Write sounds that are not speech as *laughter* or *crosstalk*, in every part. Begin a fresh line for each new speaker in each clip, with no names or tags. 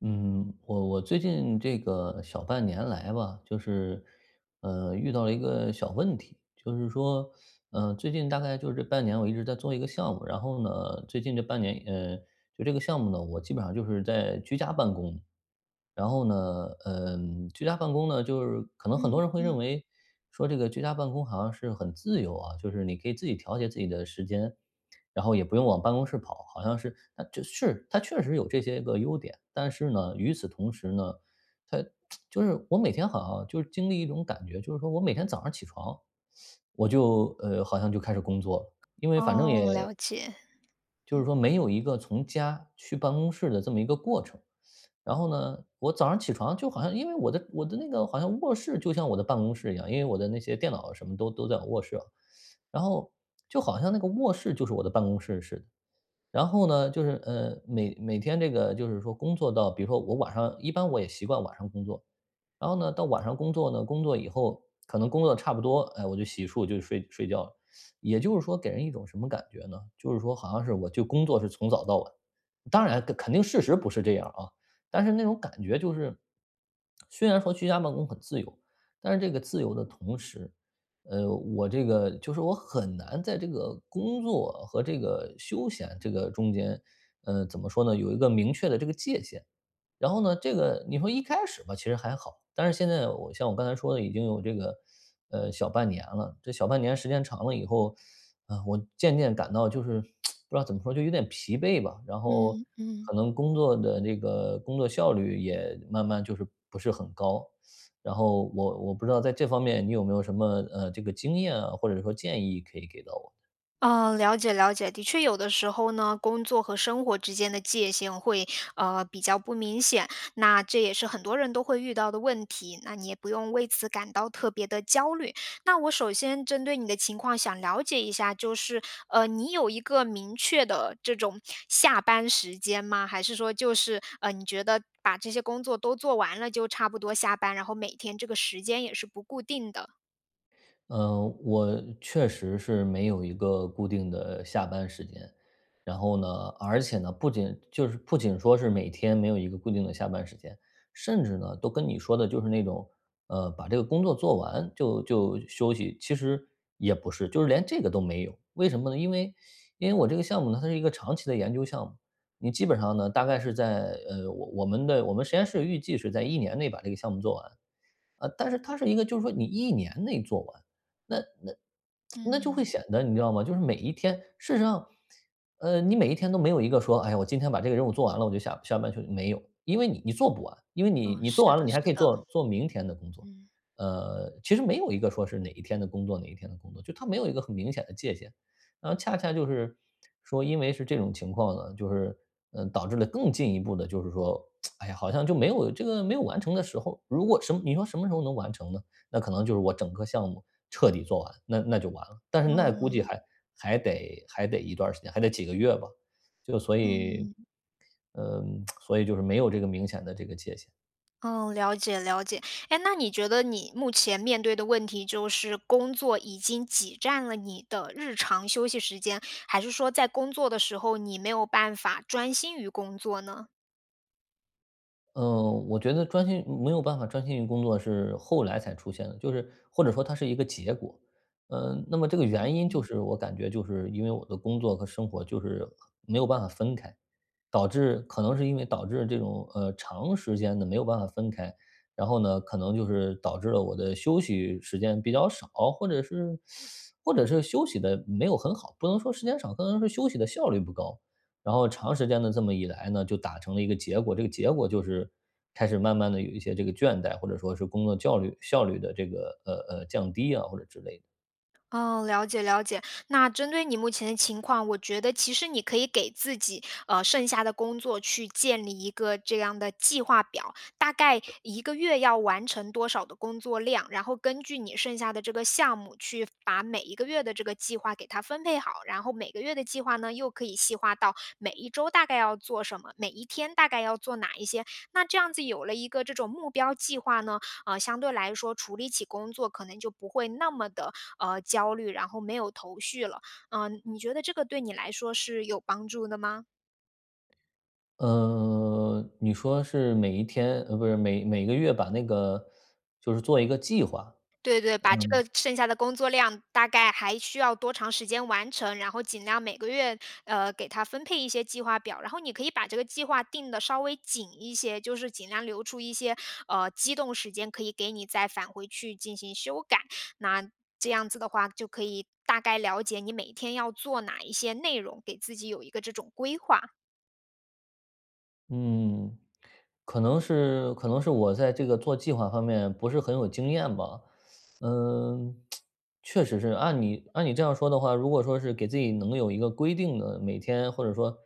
嗯，我最近这个小半年来吧，就是，遇到了一个小问题，就是说，最近大概就是这半年我一直在做一个项目。然后呢，最近这半年，就这个项目呢，我基本上就是在居家办公。然后呢，居家办公呢，就是可能很多
嗯
人会认
嗯，
为说这个居家办公好像是很自由啊，就是你可以自己调节自己的时间，然后也不用往办公室跑，好像是它就是它确实有这些个优点。但是呢，与此同时呢，它就是我每天好像就是经历一种感觉，就是说我每天早上起床，我就好像就开始工作了，因为反正
哦，
也
了解，
就是
嗯
说没有一个从家去办公室的这么一个过程。然后呢，我早上起床就好像，因为我的那个，好像卧室就像我的办公室一样，因为我的那些电脑什么都在我卧室啊。然后就好像那个卧室就是我的办公室似的。然后呢，就是，每天这个就是说工作到比如说，我晚上一般我也习惯晚上工作。然后呢，到晚上工作呢，工作以后可能工作差不多，哎，我就洗漱就睡觉了。也就是说，给人一种什么感觉呢？就是说，好像是我就工作是从早到晚。当然肯定事实不是这样啊，但是那种感觉就是，虽然说居家办公很自由，但是这个自由的同时，我这个就是我很难在这个工作和这个休闲这个中间，怎么说呢，有一个明确的这个界限。然后呢，这个你说一开始吧，其实还好，但是现在我像我刚才说的，已经有这个，小半年了。这小半年时间长了以后，啊，我渐渐感到就是不知道怎么说，就有点疲惫吧。然后
嗯嗯，
可能工作的这个工作效率也慢慢就是不是很高。然后我不知道在这方面你有没有什么这个经验啊，或者说建议可以给到我？
哦，了解了解。的确，有的时候呢，工作和生活之间的界限会比较不明显，那这也是很多人都会遇到的问题。那你也不用为此感到特别的焦虑。那我首先针对你的情况想了解一下，就是你有一个明确的这种下班时间吗？还是说就是你觉得把这些工作都做完了就差不多下班，然后每天这个时间也是不固定的？
嗯，我确实是没有一个固定的下班时间。然后呢，而且呢，不仅就是不仅说是每天没有一个固定的下班时间，甚至呢，都跟你说的就是那种，把这个工作做完就休息，其实也不是，就是连这个都没有。为什么呢？因为我这个项目呢，它是一个长期的研究项目，你基本上呢，大概是在我我们的我们实验室预计是在一年内把这个项目做完。但是它是一个就是说你一年内做完。那那那就会
嗯，
显得，你知道吗？就是每一天，事实上，你每一天都没有一个说，哎呀，我今天把这个任务做完了，我就下班去，没有，因为你你做不完，因为你
哦，
你
是
做完了，
的，
你还可
是
以
的，
做做明天的工作。
嗯，
其实没有一个说是哪一天的工作，哪一天的工作，就它没有一个很明显的界限。然后恰恰就是说，因为是这种情况呢，就是导致了更进一步的，就是说哎呀，好像就没有这个没有完成的时候。如果你说什么时候能完成呢？那可能就是我整个项目彻底做完，那就完了。但是那估计
嗯，
还得一段儿时间，还得几个月吧。就所以，
嗯，
所以就是没有这个明显的这个界限。
哦，了解了解。哎，那你觉得你目前面对的问题就是工作已经挤占了你的日常休息时间，还是说在工作的时候你没有办法专心于工作呢？
嗯，我觉得专心，没有办法专心于工作是后来才出现的，就是或者说它是一个结果。那么这个原因就是我感觉就是因为我的工作和生活就是没有办法分开。导致可能是因为导致这种长时间的没有办法分开，然后呢，可能就是导致了我的休息时间比较少，或者是或者是休息的没有很好，不能说时间少，可能是休息的效率不高。然后长时间的这么一来呢，就打成了一个结果，这个结果就是开始慢慢的有一些这个倦怠，或者说是工作效率的这个，降低啊，或者之类的。
哦，了解了解。那针对你目前的情况，我觉得其实你可以给自己剩下的工作去建立一个这样的计划表，大概一个月要完成多少的工作量，然后根据你剩下的这个项目去把每一个月的这个计划给它分配好，然后每个月的计划呢又可以细化到每一周大概要做什么，每一天大概要做哪一些。那这样子有了一个这种目标计划呢，呃，相对来说处理起工作可能就不会那么的呃，焦虑，然后没有头绪了。嗯，你觉得这个对你来说是有帮助的吗？
你说是每一天不是每个月把那个就是做一个计划。
对对，把这个剩下的工作量大概还需要多长时间完成，然后尽量每个月，呃，给他分配一些计划表，然后你可以把这个计划定的稍微紧一些，就是尽量留出一些呃，机动时间可以给你再返回去进行修改。那这样子的话，就可以大概了解你每天要做哪一些内容，给自己有一个这种规划。
嗯，可能是我在这个做计划方面不是很有经验吧。嗯，确实是，按你这样说的话，如果说是给自己能有一个规定的每天或者说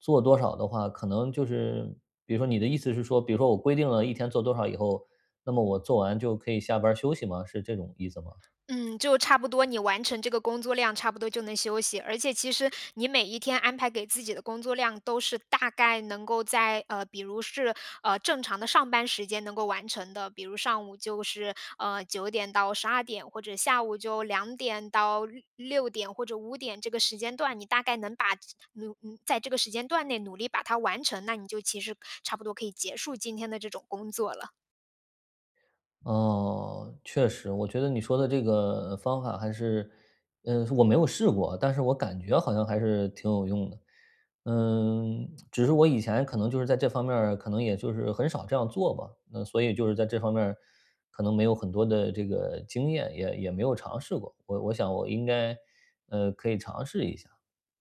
做多少的话，可能就是，比如说你的意思是说，比如说我规定了一天做多少以后，那么我做完就可以下班儿休息吗？是这种意思吗？
嗯，就差不多你完成这个工作量，差不多就能休息。而且其实你每一天安排给自己的工作量，都是大概能够在比如是正常的上班时间能够完成的，比如上午就是9点到12点，或者下午就两点到六点或者五点这个时间段，你大概能把在这个时间段内努力把它完成，那你就其实差不多可以结束今天的这种工作了。
哦，确实，我觉得你说的这个方法还是，我没有试过，但是我感觉好像还是挺有用的。只是我以前可能就是在这方面儿可能也就是很少这样做吧，那所以就是在这方面儿可能没有很多的这个经验，也没有尝试过。我想我应该，可以尝试一下。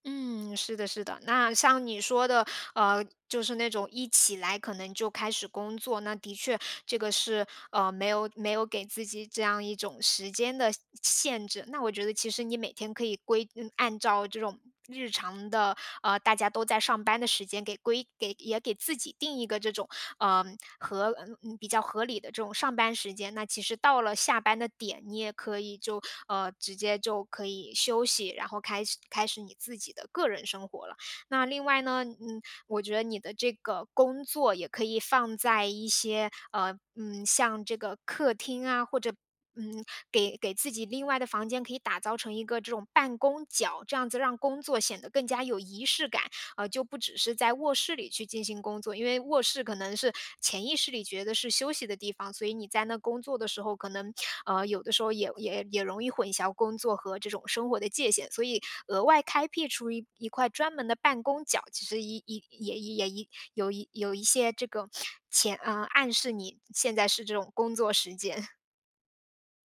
嗯，是的，是的。那像你说的，呃，就是那种一起来可能就开始工作，那的确这个是没有给自己这样一种时间的限制。那我觉得其实你每天可以按照这种日常的大家都在上班的时间给规给也给自己定一个这种呃合嗯比较合理的这种上班时间。那其实到了下班的点，你也可以就呃直接就可以休息，然后开始你自己的个人生活了。那另外呢，嗯，我觉得你的这个工作也可以放在一些，呃，嗯，像这个客厅啊，或者嗯，给自己另外的房间可以打造成一个这种办公角，这样子让工作显得更加有仪式感。呃，就不只是在卧室里去进行工作，因为卧室可能是潜意识里觉得是休息的地方，所以你在那工作的时候，可能呃有的时候也容易混淆工作和这种生活的界限，所以额外开辟出一块专门的办公角，其实一一也也一有一有一些这个暗示你现在是这种工作时间，*laughs*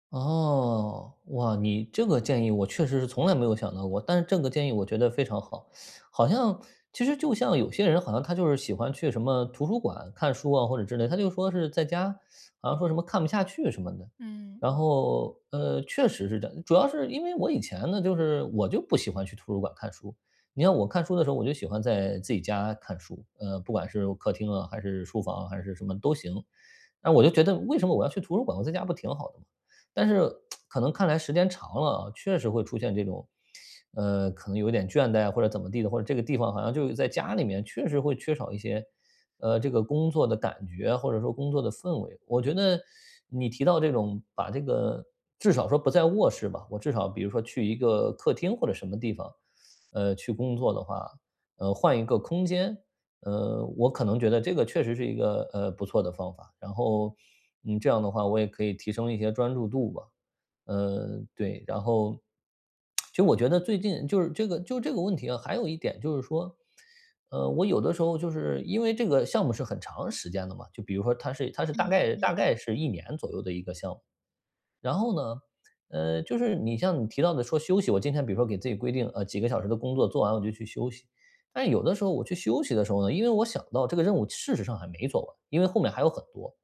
哦，哇，你这个建议我确实是从来没有想到过，但是这个建议我觉得非常好。好像其实就像有些人好像他就是喜欢去什么图书馆看书啊或者之类，他就说是在家好像说什么看不下去什么的。然
嗯。
后，确实是这样，主要是因为我以前呢，就是我就不喜欢去图书馆看书。你看我看书的时候，我就喜欢在自己家看书，不管是客厅啊，还是书房啊还是什么都行。那我就觉得，为什么我要去图书馆？我在家不挺好的吗？但是可能看来时间长了啊，确实会出现这种，可能有点倦怠啊或者怎么地的，或者这个地方好像就在家里面确实会缺少一些，这个工作的感觉啊或者说工作的氛围。我觉得你提到这种，把这个至少说不在卧室吧，我至少比如说去一个客厅或者什么地方，去工作的话，换一个空间，我可能觉得这个确实是一个，不错的方法。然后，这样的话我也可以提升一些专注度吧。对。然后其实我觉得最近就是这个问题啊，还有一点就是说，我有的时候就是因为这个项目是很长时间的嘛，就比如说它是
嗯。
大概是一年左右的一个项目。然后呢，就是你像你提到的说休息，我今天比如说给自己规定，几个小时的工作做完我就去休息。但是有的时候我去休息的时候呢，因为我想到这个任务事实上还没做完，因为后面还有很多。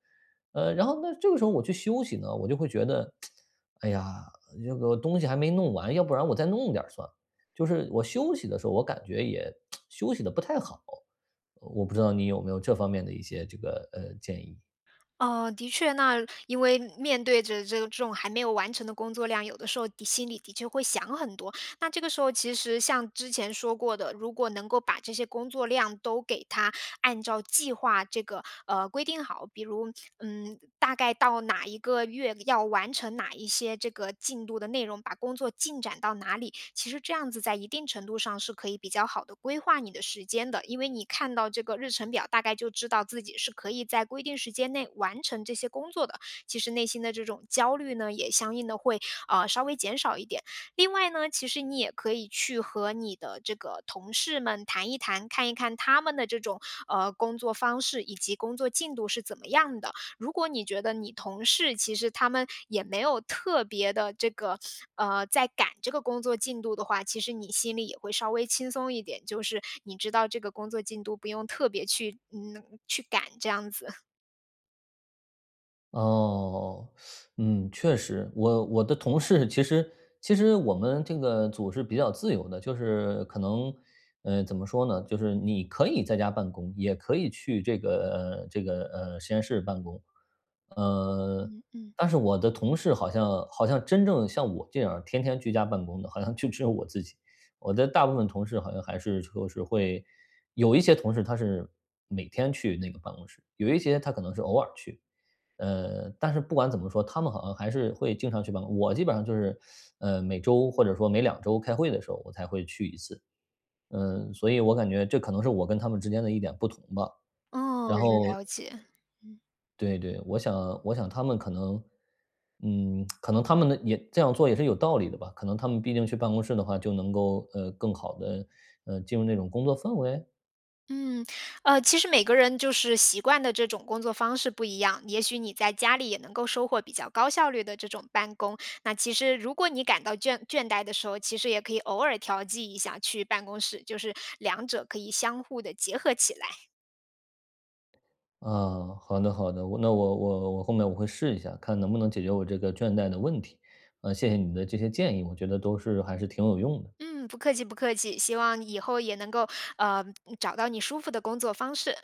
然后那这个时候我去休息呢，我就会觉得，哎呀，这个东西还没弄完，要不然我再弄点儿算了。就是我休息的时候，我感觉也 *tsk* 休息的不太好。我不知道你有没有这方面的一些这个建议。
呃，的确，那因为面对着这种还没有完成的工作量，有的时候的心里的确会想很多。那这个时候，其实像之前说过的，如果能够把这些工作量都给它按照计划这个规定好，比如嗯，大概到哪一个月要完成哪一些这个进度的内容，把工作进展到哪里。其实这样子在一定程度上是可以比较好的规划你的时间的，因为你看到这个日程表，大概就知道自己是可以在规定时间内完成这些工作的。其实内心的这种焦虑呢，也相应的会呃，稍微减少一点。另外呢，其实你也可以去和你的这个同事们谈一谈，看一看他们的这种呃，工作方式以及工作进度是怎么样的。如果你觉得你同事其实他们也没有特别的这个，呃，在赶这个工作进度的话，其实你心里也会稍微轻松一点，就是你知道这个工作进度不用特别去去赶这样子。
哦，嗯，确实，我的同事其实我们这个组是比较自由的，就是可能，怎么说呢？就是你可以在家办公，也可以去这个实验室办公。呃，
嗯嗯。
但是我的同事好像，真正像我这样天天居家办公的，好像就只有我自己。我的大部分同事好像还是就是会，有一些同事他是每天去那个办公室，有一些他可能是偶尔去。但是不管怎么说，他们好像还是会经常去办公。我基本上就是，每周或者说每2周开会的时候，我才会去一次。所以我感觉这可能是我跟他们之间的一点不同吧。
哦，
然后，
了解。
对对，我想他们可能，可能他们的也这样做也是有道理的吧。可能他们毕竟去办公室的话，就能够更好的进入那种工作氛围。
嗯，呃，其实每个人就是习惯的这种工作方式不一样，也许你在家里也能够收获比较高效率的这种办公。那其实如果你感到倦怠的时候，其实也可以偶尔调剂一下去办公室，就是两者可以相互的结合起来。
啊，好的好的，我那我我我后面我会试一下，看能不能解决我这个倦怠的问题。啊，谢谢你的这些建议，我觉得都是还是挺有用的。
嗯，不客气不客气，希望以后也能够呃找到你舒服的工作方式。